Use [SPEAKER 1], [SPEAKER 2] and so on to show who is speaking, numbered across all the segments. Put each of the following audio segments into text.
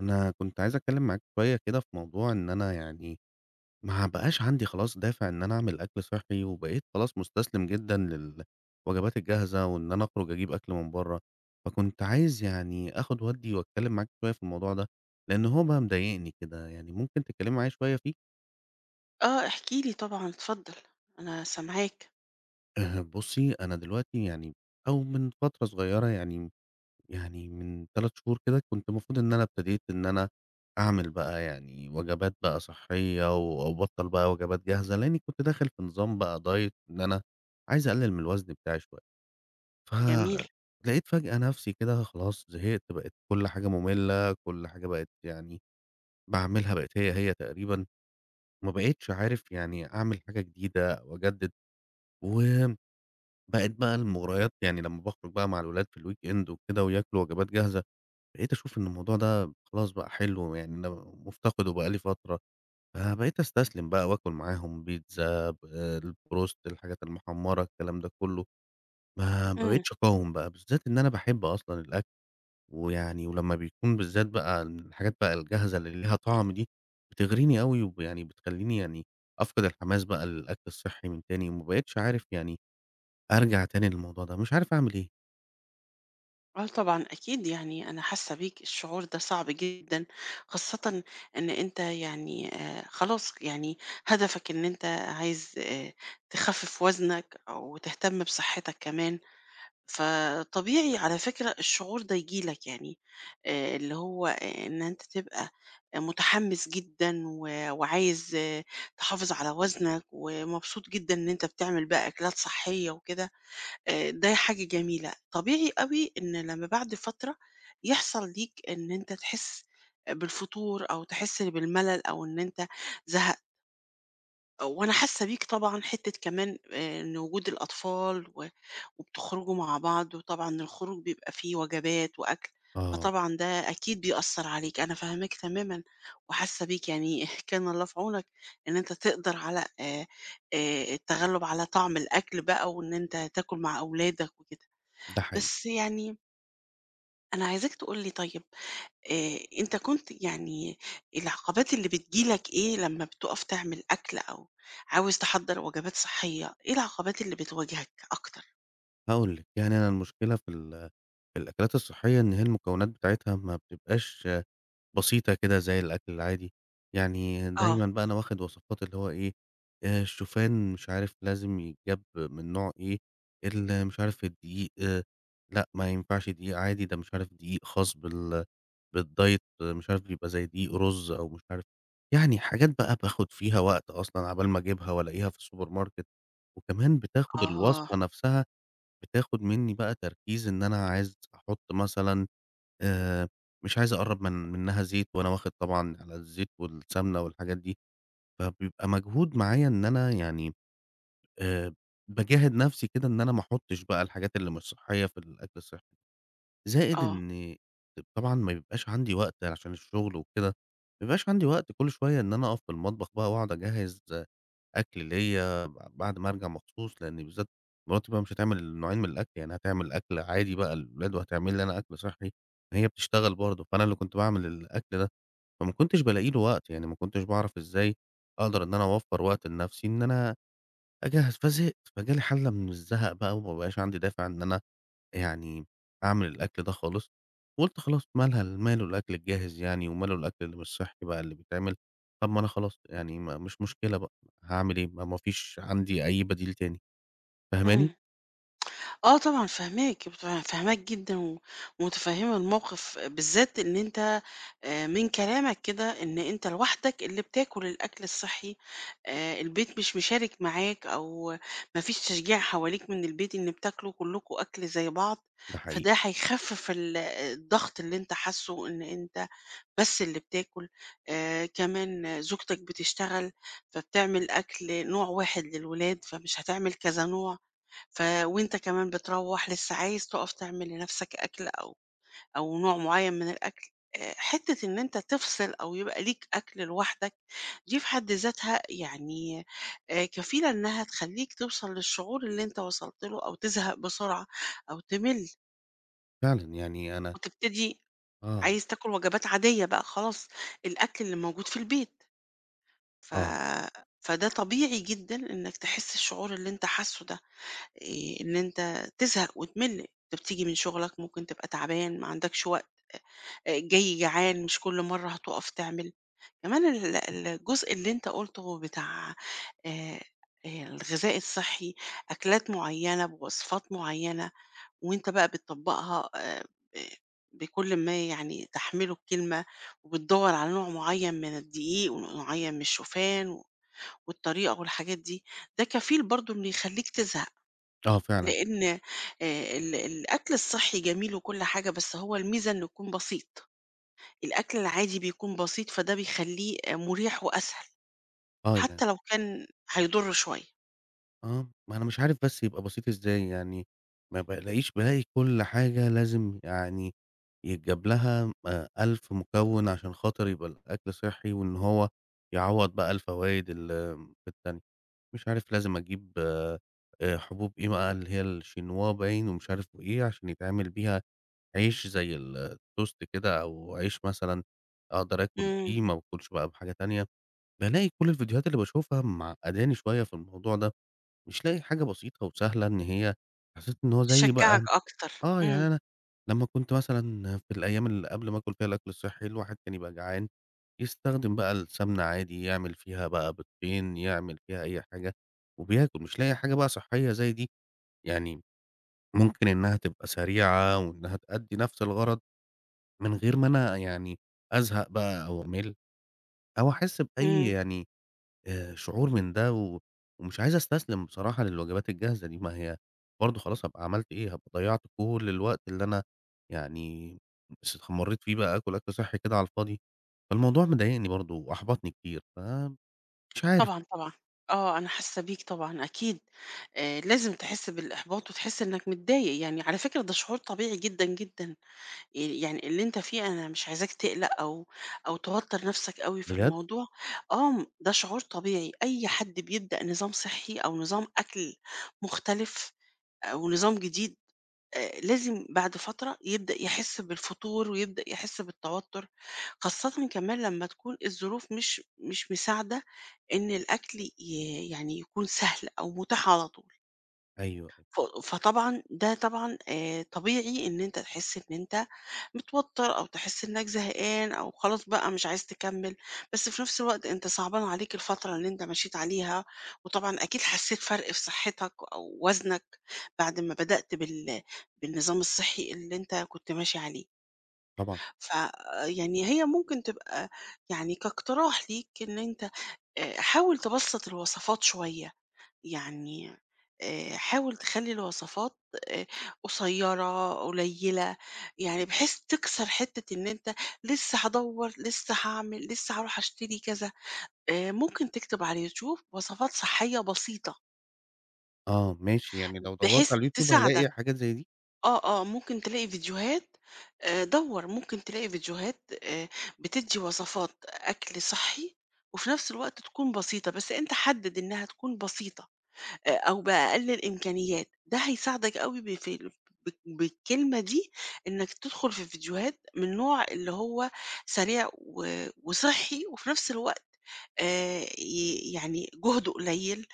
[SPEAKER 1] أنا كنت عايز أتكلم معاك شوية كده في موضوع إن أنا يعني ما بقاش عندي خلاص دافع إن أنا أعمل أكل صحّي، وبقيت خلاص مستسلم جدًا للوجبات الجاهزة، وإن أنا أخرج أجيب أكل من برّه، فكنت عايز يعني آخد وأدّي وأتكلم معاك شوية في الموضوع ده، لإن هو بقى مضايقني كده، يعني ممكن تتكلمي معايا شوية فيه؟
[SPEAKER 2] آه، احكِ لي طبعًا، اتفضل، أنا سامعاك،
[SPEAKER 1] بُصّي، أنا دلوقتي يعني أو من فترة صغيرة يعني من 3 شهور كده كنت المفروض إن أنا ابتديت إن أنا أعمل بقى يعني وجبات بقى صحية وأبطّل بقى وجبات جاهزة، لإني كنت داخل في نظام بقى diet إن أنا عايز أقلل من الوزن بتاعي شوية،
[SPEAKER 2] جميل.
[SPEAKER 1] فلقيت فجأة نفسي كده خلاص زهقت بقت كل حاجة مملة، كل حاجة بقت يعني باعملها بقت هي تقريبًا، ما بقيتش عارف يعني أعمل حاجة جديدة أو أجدد، وبقت بقى المغريات يعني لمّا باخرج بقى مع الولاد في الweekend وكده وياكلوا وجبات جاهزة بقيت أشوف إن الموضوع ده خلاص بقى حلو، يعني أنا مُفتقده بقى لي فترة، فبقيت أستسلم بقى وآكل معاهم بيتزا، البروست، الحاجات المحمّرة، الكلام ده كُلّه، ما
[SPEAKER 2] إمم.
[SPEAKER 1] بقيتش أقاوم بقى، بالذات إن أنا باحب أصلًا الأكل، ويعني ولمّا بيكون بالذات بقى الحاجات بقى الجاهزة اللي ليها طعم دي، بتغريني أوي ويعني بتخلّيني يعني أفقد الحماس بقى للأكل الصحّي من تاني، وما بقيتش عارف يعني أرجع تاني للموضوع ده، مش عارف أعمل إيه.
[SPEAKER 2] آه طبعًا، أكيد يعني أنا حاسة بيك، الشعور ده صعب جدًا، خاصةً إن أنت يعني خلاص يعني هدفك إن أنت عايز تخفِّف وزنك أو تهتم بصحتك كمان. فطبيعي على فكرة الشعور ده ييجي لك يعني آه، اللي هو آه، إن أنت تبقى متحمس جدا و- وعايز آه، تحافظ على وزنك ومبسوط جدا إن أنت بتعمل بقى أكلات صحية وكده. آه، ده حاجة جميلة طبيعي قوي إن لما بعد فترة يحصل ليك إن أنت تحس بالفتور أو تحس بالملل أو إن أنت زهق. وأنا حاسة بيك طبعًا حتّة كمان إن وجود الأطفال و وبتخرجوا مع بعض، وطبعًا الخروج بيبقى فيه وجبات وأكل،
[SPEAKER 1] آه،
[SPEAKER 2] فطبعًا ده أكيد بيأثّر عليك، أنا فاهماك تمامًا وحاسة بيك، يعني كان الله في عونك إن أنت تقدر على التغلُّب على طعم الأكل بقى وإن أنت تاكل مع أولادك وكده.
[SPEAKER 1] ده حقيقي.
[SPEAKER 2] بس يعني أنا عايزاك تقول لي طيب، أنت كنت يعني العقبات اللي بتيجي لك إيه لمّا بتُقف تعمل أكل أو عاوز تحضّر وجبات صحّية، إيه العقبات اللي بتواجهك أكتر؟
[SPEAKER 1] هاقول لِك، يعني أنا المشكلة في الأكلات الصحية إن هي المكونات بتاعتها ما بتبقاش بسيطة كده زي الأكل العادي، يعني
[SPEAKER 2] آه،
[SPEAKER 1] دايمًا بقى أنا واخد وصفات اللي هو إيه، الشوفان مش عارف لازم يتجاب من نوع إيه، مش عارف الدقيق آه، لأ ما ينفعش دقيق عادي ده مش عارف دقيق خاص بالدايت آه، مش عارف بيبقى زي دقيق رز أو مش عارف يعني حاجات بقى باخد فيها وقت أصلًا عقبال ما أجيبها وألاقيها في السوبر ماركت، وكمان بتاخد
[SPEAKER 2] آه،
[SPEAKER 1] الوصفة نفسها بتاخد منّي بقى تركيز إن أنا عايز أحُط مثلًا آآ مش عايز أقرّب منّها زيت وأنا واخد طبعًا على الزيت والسمنة والحاجات دي، فبيبقى مجهود معايا إن أنا يعني آآ باجاهد نَفْسي كده إن أنا ما أحُطّش بقى الحاجات اللي مش صحّية في الأكل الصحّي، زائد
[SPEAKER 2] آه.
[SPEAKER 1] إن طبعًا ما بيبقاش عندي وقت علشان الشغل وكده، ما بيبقاش عندي وقت كل شوية إن أنا أقف في المطبخ بقى وأقعد أجهّز أكل ليّا بعد ما أرجع مخصوص، لإن بالذات مراتي بقى مش هتعمل نوعين من الأكل، يعني هتعمل أكل عادي بقى للولاد وهتعمل لي أنا أكل صحّي، هي بتشتغل برضه، فأنا اللي كنت باعمل الأكل ده، فما كنتش بالاقي له وقت، يعني ما كنتش باعرف إزاي أقدر إن أنا أوفّر وقت لنفسي إن أنا أجهّز، فزهقت، فجالي حالة من الزهق بقى وما بقاش عندي دافع إن أنا يعني أعمل الأكل ده خالص، وقُلت خلاص مالها ماله الأكل الجاهز يعني وماله الأكل اللي مش صحّي بقى اللي بيتعمل، طب ما أنا خلاص يعني ما مش مشكلة بقى، هاعمل إيه؟ ما فيش عندي أي بديل تاني، فاهماني؟
[SPEAKER 2] إمم. آه طبعًا فاهماك، فاهماك جدًا و ومتفهمة الموقف، بالذات إن أنت من كلامك كده إن أنت لوحدك اللي بتاكل الأكل الصحي، البيت مش مشارك معاك أو ما فيش تشجيع حواليك من البيت إن بتاكلوا كلكم أكل زي بعض،
[SPEAKER 1] ده حقيقي،
[SPEAKER 2] فده هيخفف الضغط اللي أنت حاسه إن أنت بس اللي بتاكل، كمان زوجتك بتشتغل، فبتعمل أكل نوع واحد للولاد، فمش هتعمل كذا نوع. وأنت كمان بتروّح لسه عايز تُقف تعمل لنَفْسك أكل أو أو نوع معيّن من الأكل، حتّة إن أنت تفصل أو يبقى ليك أكل لوحدك، دي في حد ذاتها يعني كفيلة إنها تخلّيك توصل للشعور اللي أنت وصلت له أو تزهق بسرعة أو تِمِل
[SPEAKER 1] فعلًا يعني أنا
[SPEAKER 2] وتبتدي
[SPEAKER 1] آه،
[SPEAKER 2] عايز تاكل وجبات عادية بقى خلاص، الأكل اللي موجود في البيت، ف
[SPEAKER 1] آه،
[SPEAKER 2] فده طبيعي جدًا إنّك تحس الشعور اللي أنت حاسّه ده. إن أنت تزهق وتمِل، أنت بتيجي من شغلك ممكن تبقى تعبان، ما عندكش وقت، جاي جعان مش كل مرّة هتُقف تعمل. كمان الجزء اللي أنت قُلته بتاع آآ الغذاء الصحّي، أكلات معيّنة بوصفات معيّنة وأنت بقى بتطبّقها ب بكل ما يعني تحمله الكلمة، وبتدوّر على نوع معيّن من الدقيق ونوع معيّن من الشوفان والطريقة والحاجات دي، ده كفيل برضه إنه يخلّيك تزهق.
[SPEAKER 1] آه فعلًا،
[SPEAKER 2] لإن ال الأكل الصحّي جميل وكل حاجة، بس هو الميزة إنه يكون بسيط، الأكل العادي بيكون بسيط، فده بيخلّيه مريح وأسهل،
[SPEAKER 1] آه يعني.
[SPEAKER 2] حتى لو كان هيضُر شوية.
[SPEAKER 1] آه، ما أنا مش عارف بس يبقى بسيط إزاي، يعني ما بالاقيش بالاقي كل حاجة لازم يعني يتجاب لها 1000 مكوِّن عشان خاطر يبقى الأكل صحّي، وإن هو يعوّض بقى الفوايد ال في التانية، مش عارف لازم أجيب حبوب إيه بقى اللي هي الشينوا باين ومش عارف وإيه، عشان يتعمل بيها عيش زي التوست كده أو عيش مثلًا أقدر آكل
[SPEAKER 2] إمم،
[SPEAKER 1] بيه، ما باكلش بقى بحاجة تانية، بالاقي كل الفيديوهات اللي باشوفها معقّداني شوية في الموضوع ده. مش لاقي حاجة بسيطة وسهلة إن هي حسيت إن هو زي
[SPEAKER 2] تشجّعك
[SPEAKER 1] بقى
[SPEAKER 2] أكتر،
[SPEAKER 1] آه،
[SPEAKER 2] إمم،
[SPEAKER 1] يعني أنا لمّا كنت مثلًا في الأيام اللي قبل ما آكل فيها الأكل الصحّي، الواحد كان يبقى جعان، يستخدم بقى السمنة عادي، يعمل فيها بقى بيضتين، يعمل فيها أي حاجة وبياكل، مش لاقي حاجة بقى صحّية زي دي، يعني ممكن إنها تبقى سريعة وإنها تأدّي نفس الغرض من غير ما أنا يعني أزهق بقى أو أمِل أو أحس بأي
[SPEAKER 2] إمم،
[SPEAKER 1] يعني شعور من ده ومش عايز أستسلم بصراحة للوجبات الجاهزة دي، ما هي برضه خلاص هابقى عملت إيه، هابقى ضيّعت كل الوقت اللي أنا يعني استمريت فيه بقى آكل أكل صحّي كده على الفاضي، فالموضوع مضايقني برضه وأحبطني كتير، فمش عارف.
[SPEAKER 2] طبعًا، طبعًا، آه، أنا حاسّة بيك طبعًا أكيد، لازم تحس بالإحباط وتحس إنّك متضايق، يعني على فكرة ده شعور طبيعي جدًا، جدًا. يعني اللي أنت فيه أنا مش عايزاك تقلق أو أو توتّر نَفْسك أوي في
[SPEAKER 1] بجد؟
[SPEAKER 2] الموضوع، آه، ده شعور طبيعي، أي حد بيبدأ نظام صحّي أو نظام أكل مختلف أو نظام جديد لازم بعد فترة يبدأ يحِس بالفتور ويبدأ يحِس بالتوتُّر، خاصةً كمان لمّا تكون الظروف مش مساعدة إن الأكل يعني يكون سهل أو مُتاح على طول.
[SPEAKER 1] أيوه، أيوه.
[SPEAKER 2] ف فطبعًا ده طبعًا طبيعي إن أنت تحس إن أنت متوتّر أو تحس إنّك زهقان أو خلاص بقى مش عايز تكمّل، بس في نفس الوقت أنت صعبان عليك الفترة اللي أنت مشيت عليها، وطبعًا أكيد حسّيت فرق في صحّتك أو وزنك بعد ما بدأت بالنظام الصحّي اللي أنت كنت ماشي عليه،
[SPEAKER 1] طبعًا،
[SPEAKER 2] ف يعني هي ممكن تبقى يعني كاقتراح ليك إن أنت حاول تبسّط الوصفات شوية. يعني حاول تخلّي الوصفات آآ قصيّرة، قليّلة، يعني بحيث تكسر حتّة إن أنت لسّه هادوّر، لسّه هاعمل، لسّه هاروح أشتري كذا. ممكن تكتب على الYouTube وصفات صحّية بسيطة،
[SPEAKER 1] آه ماشي، يعني لو دَوّرت
[SPEAKER 2] بحيث
[SPEAKER 1] على اليوتيوب هالاقي
[SPEAKER 2] تساعدك.
[SPEAKER 1] حاجات زي دي؟
[SPEAKER 2] آه، آه، ممكن تلاقي فيديوهات، دوّر، ممكن تلاقي فيديوهات بتدّي وصفات أكل صحّي وفي نفس الوقت تكون بسيطة، بس أنت حدِّد إنها تكون بسيطة. أو بأقل الإمكانيات، ده هيساعدك أوي ب في ال بالكلمة دي إنك تدخل في فيديوهات من نوع اللي هو سريع و وصحّي وفي نفس الوقت ي يعني جهده قليل،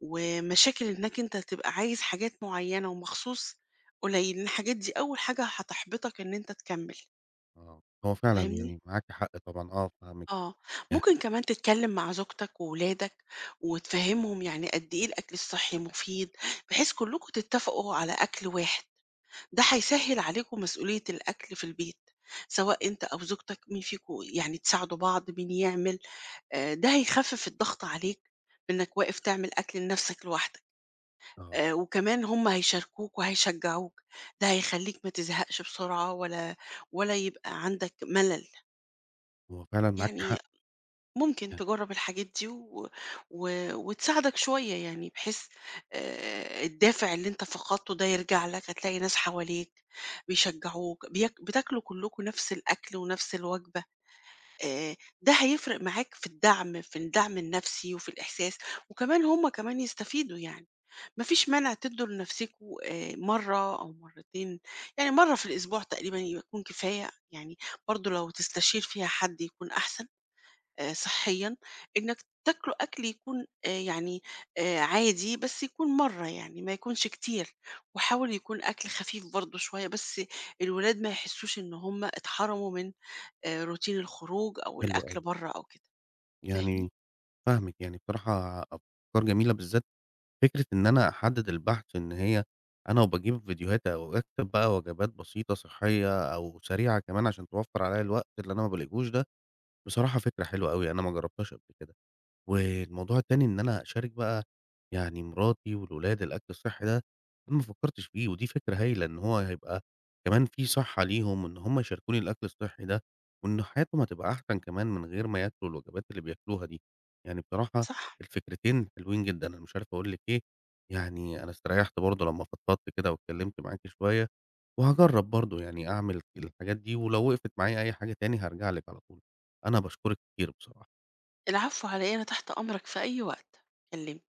[SPEAKER 2] ومشاكل إنك أنت تبقى عايز حاجات معيّنة ومخصوص قليل، الحاجات دي أول حاجة هتحبطك إن أنت تكمّل،
[SPEAKER 1] آه، هو فعلًا
[SPEAKER 2] فاهمني؟
[SPEAKER 1] يعني معاكِ حق طبعًا، آه فاهمِك،
[SPEAKER 2] آه،
[SPEAKER 1] يعني
[SPEAKER 2] ممكن كمان تتكلم مع زوجتك وولادك وتفهمهم يعني قد إيه الأكل الصحي مفيد بحيث كلكم تتفقوا على أكل واحد، ده هيسهل عليكم مسؤولية الأكل في البيت، سواء أنت أو زوجتك مين فيكم يعني تساعدوا بعض مين يعمل. آه، ده هيخفف الضغط عليك إنك واقف تعمل أكل لنفسك لوحدك.
[SPEAKER 1] آه،
[SPEAKER 2] آه، وكمان هم هيشاركوك وهيشجعوك، ده هيخليك ما تزهقش بسرعة ولا يبقى عندك ملل،
[SPEAKER 1] هو فعلًا معاكِ
[SPEAKER 2] يعني
[SPEAKER 1] حق،
[SPEAKER 2] ممكن
[SPEAKER 1] يعني
[SPEAKER 2] تجرّب الحاجات دي و و وتساعدك شوية يعني بحيث الدافع اللي أنت فقدته ده يرجع لك، هتلاقي ناس حواليك بيشجعوك، بياك بتاكلوا كلّكم نفس الأكل ونفس الوجبة، آآ ده هيفرق معاك في الدعم، في الدعم النفسي وفي الإحساس، وكمان هم كمان يستفيدوا يعني. ما فيش مانع تدّوا لنفسيكم مرّة أو مرّتين، يعني مرّة في الأسبوع تقريبًا يكون كفاية، يعني برضه لو تستشير فيها حد يكون أحسن. صحيًا، إنك تاكله أكل يكون عادي، بس يكون مرّة يعني ما يكونش كتير، وحاول يكون أكل خفيف برضه شوية، بس الولاد ما يحسّوش إن هُم اتحرموا من روتين الخروج أو
[SPEAKER 1] حلو
[SPEAKER 2] الأكل
[SPEAKER 1] أوي،
[SPEAKER 2] برّه أو كده،
[SPEAKER 1] يعني
[SPEAKER 2] فاهمني؟
[SPEAKER 1] فاهمِك، يعني بصراحة أفكار جميلة بالذات فكرة إن أنا أحدد البحث إن هي أنا وباجيب فيديوهات أو أكتب بقى وجبات بسيطة صحية أو سريعة كمان عشان توفّر عليّا الوقت اللي أنا ما بالاقيهوش ده، بصراحة فكرة حلوة أوي، أنا ما جرّبتهاش قبل كده. والموضوع التاني إن أنا أشارك بقى يعني مراتي والولاد الأكل الصحّي ده، أنا ما فكّرتش فيه ودي فكرة هايلة إن هو هيبقى كمان في صحّة ليهم إن هم يشاركوني الأكل الصحّي ده، وإن حياتهم هتبقى أحسن كمان من غير ما ياكلوا الوجبات اللي بياكلوها دي. يعني بصراحة
[SPEAKER 2] صح،
[SPEAKER 1] الفكرتين حلوين جدًا، أنا مش عارف أقول لِك إيه، يعني أنا استريّحت برضه لمّا فضفضت كده واتكلّمت معاكِ شوية، وهاجرّب برضه يعني أعمل الحاجات دي ولو وقفت معايا أي حاجة تاني هارجع لِك على طول. أنا باشكرِك كتير بصراحة.
[SPEAKER 2] العفو على إيه، أنا تحت أمرك في أي وقت، كلمني.